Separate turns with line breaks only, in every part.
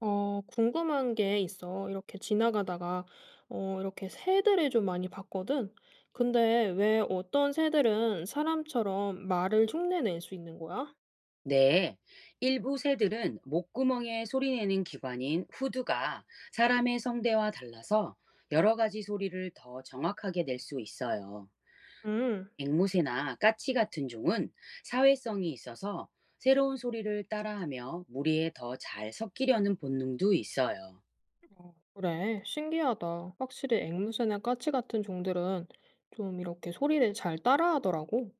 궁금한 게 있어. 이렇게 지나가다가, 이렇게 새들을 좀 많이 봤거든? 근데 왜 어떤 새들은 사람처럼 말을 흉내낼 수 있는 거야?
네, 일부 새들은 목구멍에 소리내는 기관인 후두가 사람의 성대와 달라서 여러 가지 소리를 더 정확하게 낼 수 있어요.
음,
앵무새나 까치 같은 종은 사회성이 있어서 새로운 소리를 따라하며 무리에 더 잘 섞이려는 본능도 있어요.
그래. 신기하다. 확실히 앵무새나 까치 같은 종들은 좀 이렇게 소리를 잘 따라하더라고.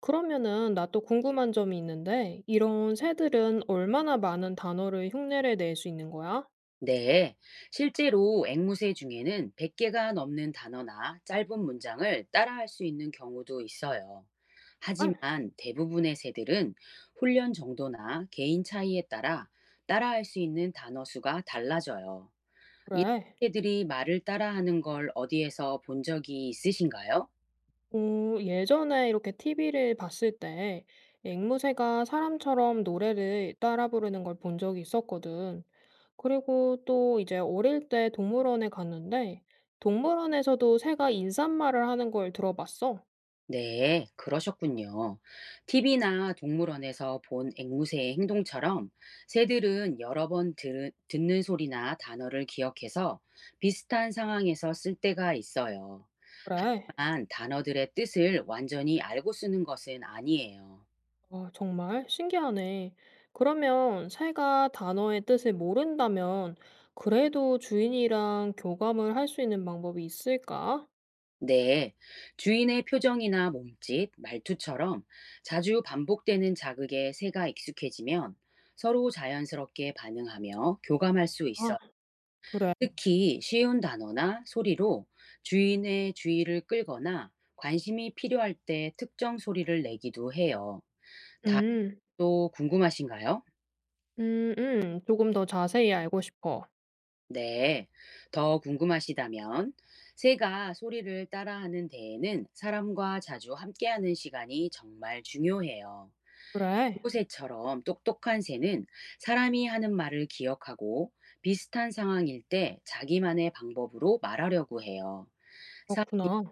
그러면은 나 또 궁금한 점이 있는데, 이런 새들은 얼마나 많은 단어를 흉내를 낼 수 있는 거야?
네, 실제로 앵무새 중에는 100개가 넘는 단어나 짧은 문장을 따라할 수 있는 경우도 있어요.
아,
하지만 대부분의 새들은 훈련 정도나 개인 차이에 따라 따라할 수 있는 단어 수가 달라져요. 이런
그래.
새들이 말을 따라하는 걸 어디에서 본 적이 있으신가요?
오, 예전에 이렇게 TV를 봤을 때 앵무새가 사람처럼 노래를 따라 부르는 걸 본 적이 있었거든. 그리고 또 이제 어릴 때 동물원에 갔는데 동물원에서도 새가 인사말을 하는 걸 들어봤어.
네, 그러셨군요. TV나 동물원에서 본 앵무새의 행동처럼 새들은 여러 번 듣는 소리나 단어를 기억해서 비슷한 상황에서 쓸 때가 있어요.
그래.
하지만 단어들의 뜻을 완전히 알고 쓰는 것은 아니에요.
아, 정말 신기하네. 그러면 새가 단어의 뜻을 모른다면 그래도 주인이랑 교감을 할 수 있는 방법이 있을까?
네, 주인의 표정이나 몸짓, 말투처럼 자주 반복되는 자극에 새가 익숙해지면 서로 자연스럽게 반응하며 교감할 수
아,
있어요.
그래.
특히 쉬운 단어나 소리로 주인의 주의를 끌거나 관심이 필요할 때 특정 소리를 내기도 해요. 다른
음.
또 궁금하신가요?
조금 더 자세히 알고 싶어.
네. 더 궁금하시다면 새가 소리를 따라하는 데에는 사람과 자주 함께하는 시간이 정말 중요해요.
그래,
요새처럼 똑똑한 새는 사람이 하는 말을 기억하고 비슷한 상황일 때 자기만의 방법으로 말하려고 해요. 사실
그렇구나.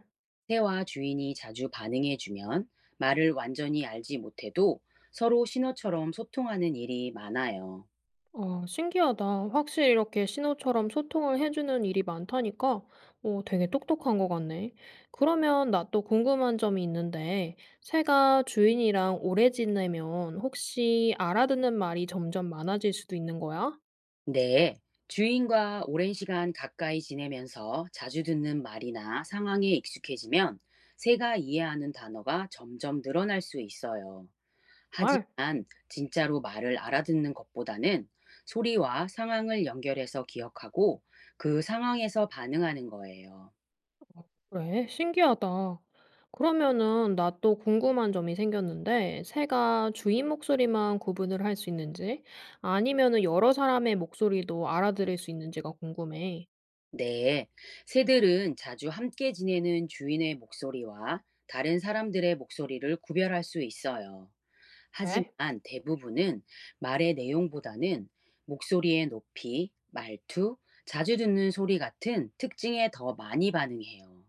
새와 주인이 자주 반응해주면 말을 완전히 알지 못해도 서로 신호처럼 소통하는 일이 많아요.
신기하다. 확실히 이렇게 신호처럼 소통을 해주는 일이 많다니까, 되게 똑똑한 것 같네. 그러면 나 또 궁금한 점이 있는데, 새가 주인이랑 오래 지내면 혹시 알아듣는 말이 점점 많아질 수도 있는 거야?
네, 주인과 오랜 시간 가까이 지내면서 자주 듣는 말이나 상황에 익숙해지면 새가 이해하는 단어가 점점 늘어날 수 있어요.
말?
하지만 진짜로 말을 알아듣는 것보다는 소리와 상황을 연결해서 기억하고 그 상황에서 반응하는 거예요.
그래, 신기하다. 그러면은 나 또 궁금한 점이 생겼는데, 새가 주인 목소리만 구분을 할 수 있는지, 아니면은 여러 사람의 목소리도 알아들을 수 있는지가 궁금해.
네, 새들은 자주 함께 지내는 주인의 목소리와 다른 사람들의 목소리를 구별할 수 있어요. 하지만
네?
대부분은 말의 내용보다는 목소리의 높이, 말투, 자주 듣는 소리 같은 특징에 더 많이 반응해요.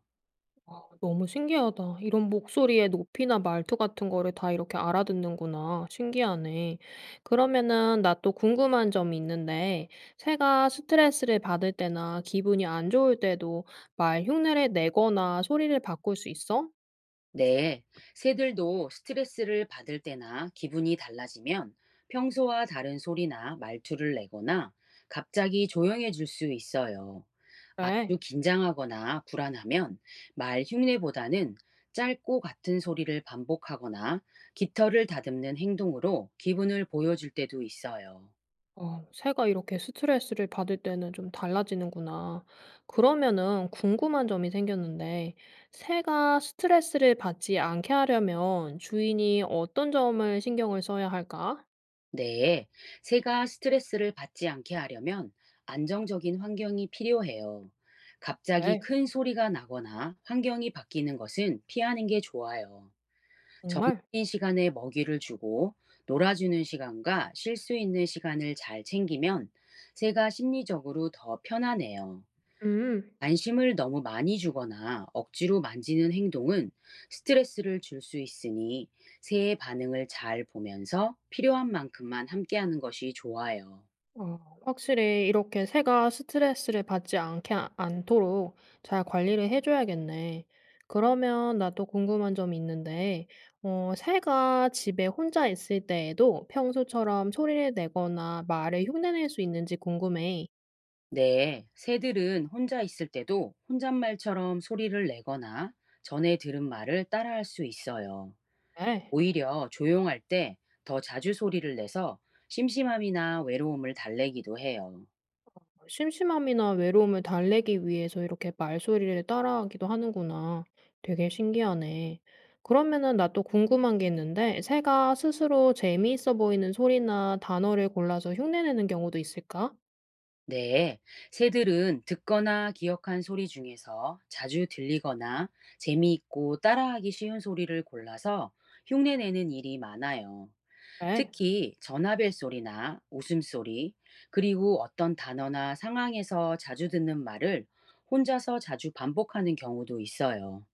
아, 너무 신기하다. 이런 목소리의 높이나 말투 같은 거를 다 이렇게 알아듣는구나. 신기하네. 그러면은 나 또 궁금한 점이 있는데, 새가 스트레스를 받을 때나 기분이 안 좋을 때도 말 흉내를 내거나 소리를 바꿀 수 있어?
네, 새들도 스트레스를 받을 때나 기분이 달라지면 평소와 다른 소리나 말투를 내거나 갑자기 조용해질 수 있어요.
그래.
아주 긴장하거나 불안하면 말 흉내보다는 짧고 같은 소리를 반복하거나 깃털을 다듬는 행동으로 기분을 보여줄 때도 있어요.
새가 이렇게 스트레스를 받을 때는 좀 달라지는구나. 그러면은 궁금한 점이 생겼는데, 새가 스트레스를 받지 않게 하려면 주인이 어떤 점을 신경을 써야 할까?
네, 새가 스트레스를 받지 않게 하려면 안정적인 환경이 필요해요. 갑자기
네,
큰 소리가 나거나 환경이 바뀌는 것은 피하는 게 좋아요.
정말?
쉬는 시간에 먹이를 주고 놀아주는 시간과 쉴 수 있는 시간을 잘 챙기면 새가 심리적으로 더 편안해요.
음.
관심을 너무 많이 주거나 억지로 만지는 행동은 스트레스를 줄 수 있으니 새의 반응을 잘 보면서 필요한 만큼만 함께하는 것이 좋아요.
어, 확실히 이렇게 새가 스트레스를 받지 않게 않도록 잘 관리를 해줘야겠네. 그러면 나도 궁금한 점이 있는데, 새가 집에 혼자 있을 때에도 평소처럼 소리를 내거나 말을 흉내낼 수 있는지 궁금해.
네, 새들은 혼자 있을 때도 혼잣말처럼 소리를 내거나 전에 들은 말을 따라할 수 있어요.
네.
오히려 조용할 때 더 자주 소리를 내서 심심함이나 외로움을 달래기도 해요.
심심함이나 외로움을 달래기 위해서 이렇게 말소리를 따라하기도 하는구나. 되게 신기하네. 그러면은 나 또 궁금한 게 있는데, 새가 스스로 재미있어 보이는 소리나 단어를 골라서 흉내내는 경우도 있을까?
네, 새들은 듣거나 기억한 소리 중에서 자주 들리거나 재미있고 따라하기 쉬운 소리를 골라서 흉내내는 일이 많아요.
그래,
특히 전화벨 소리나 웃음소리, 그리고 어떤 단어나 상황에서 자주 듣는 말을 혼자서 자주 반복하는 경우도 있어요.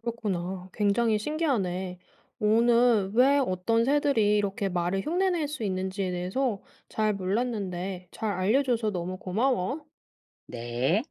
그렇구나. 굉장히 신기하네. 오늘 왜 어떤 새들이 이렇게 말을 흉내낼 수 있는지에 대해서 잘 몰랐는데, 잘 알려줘서 너무 고마워.
네.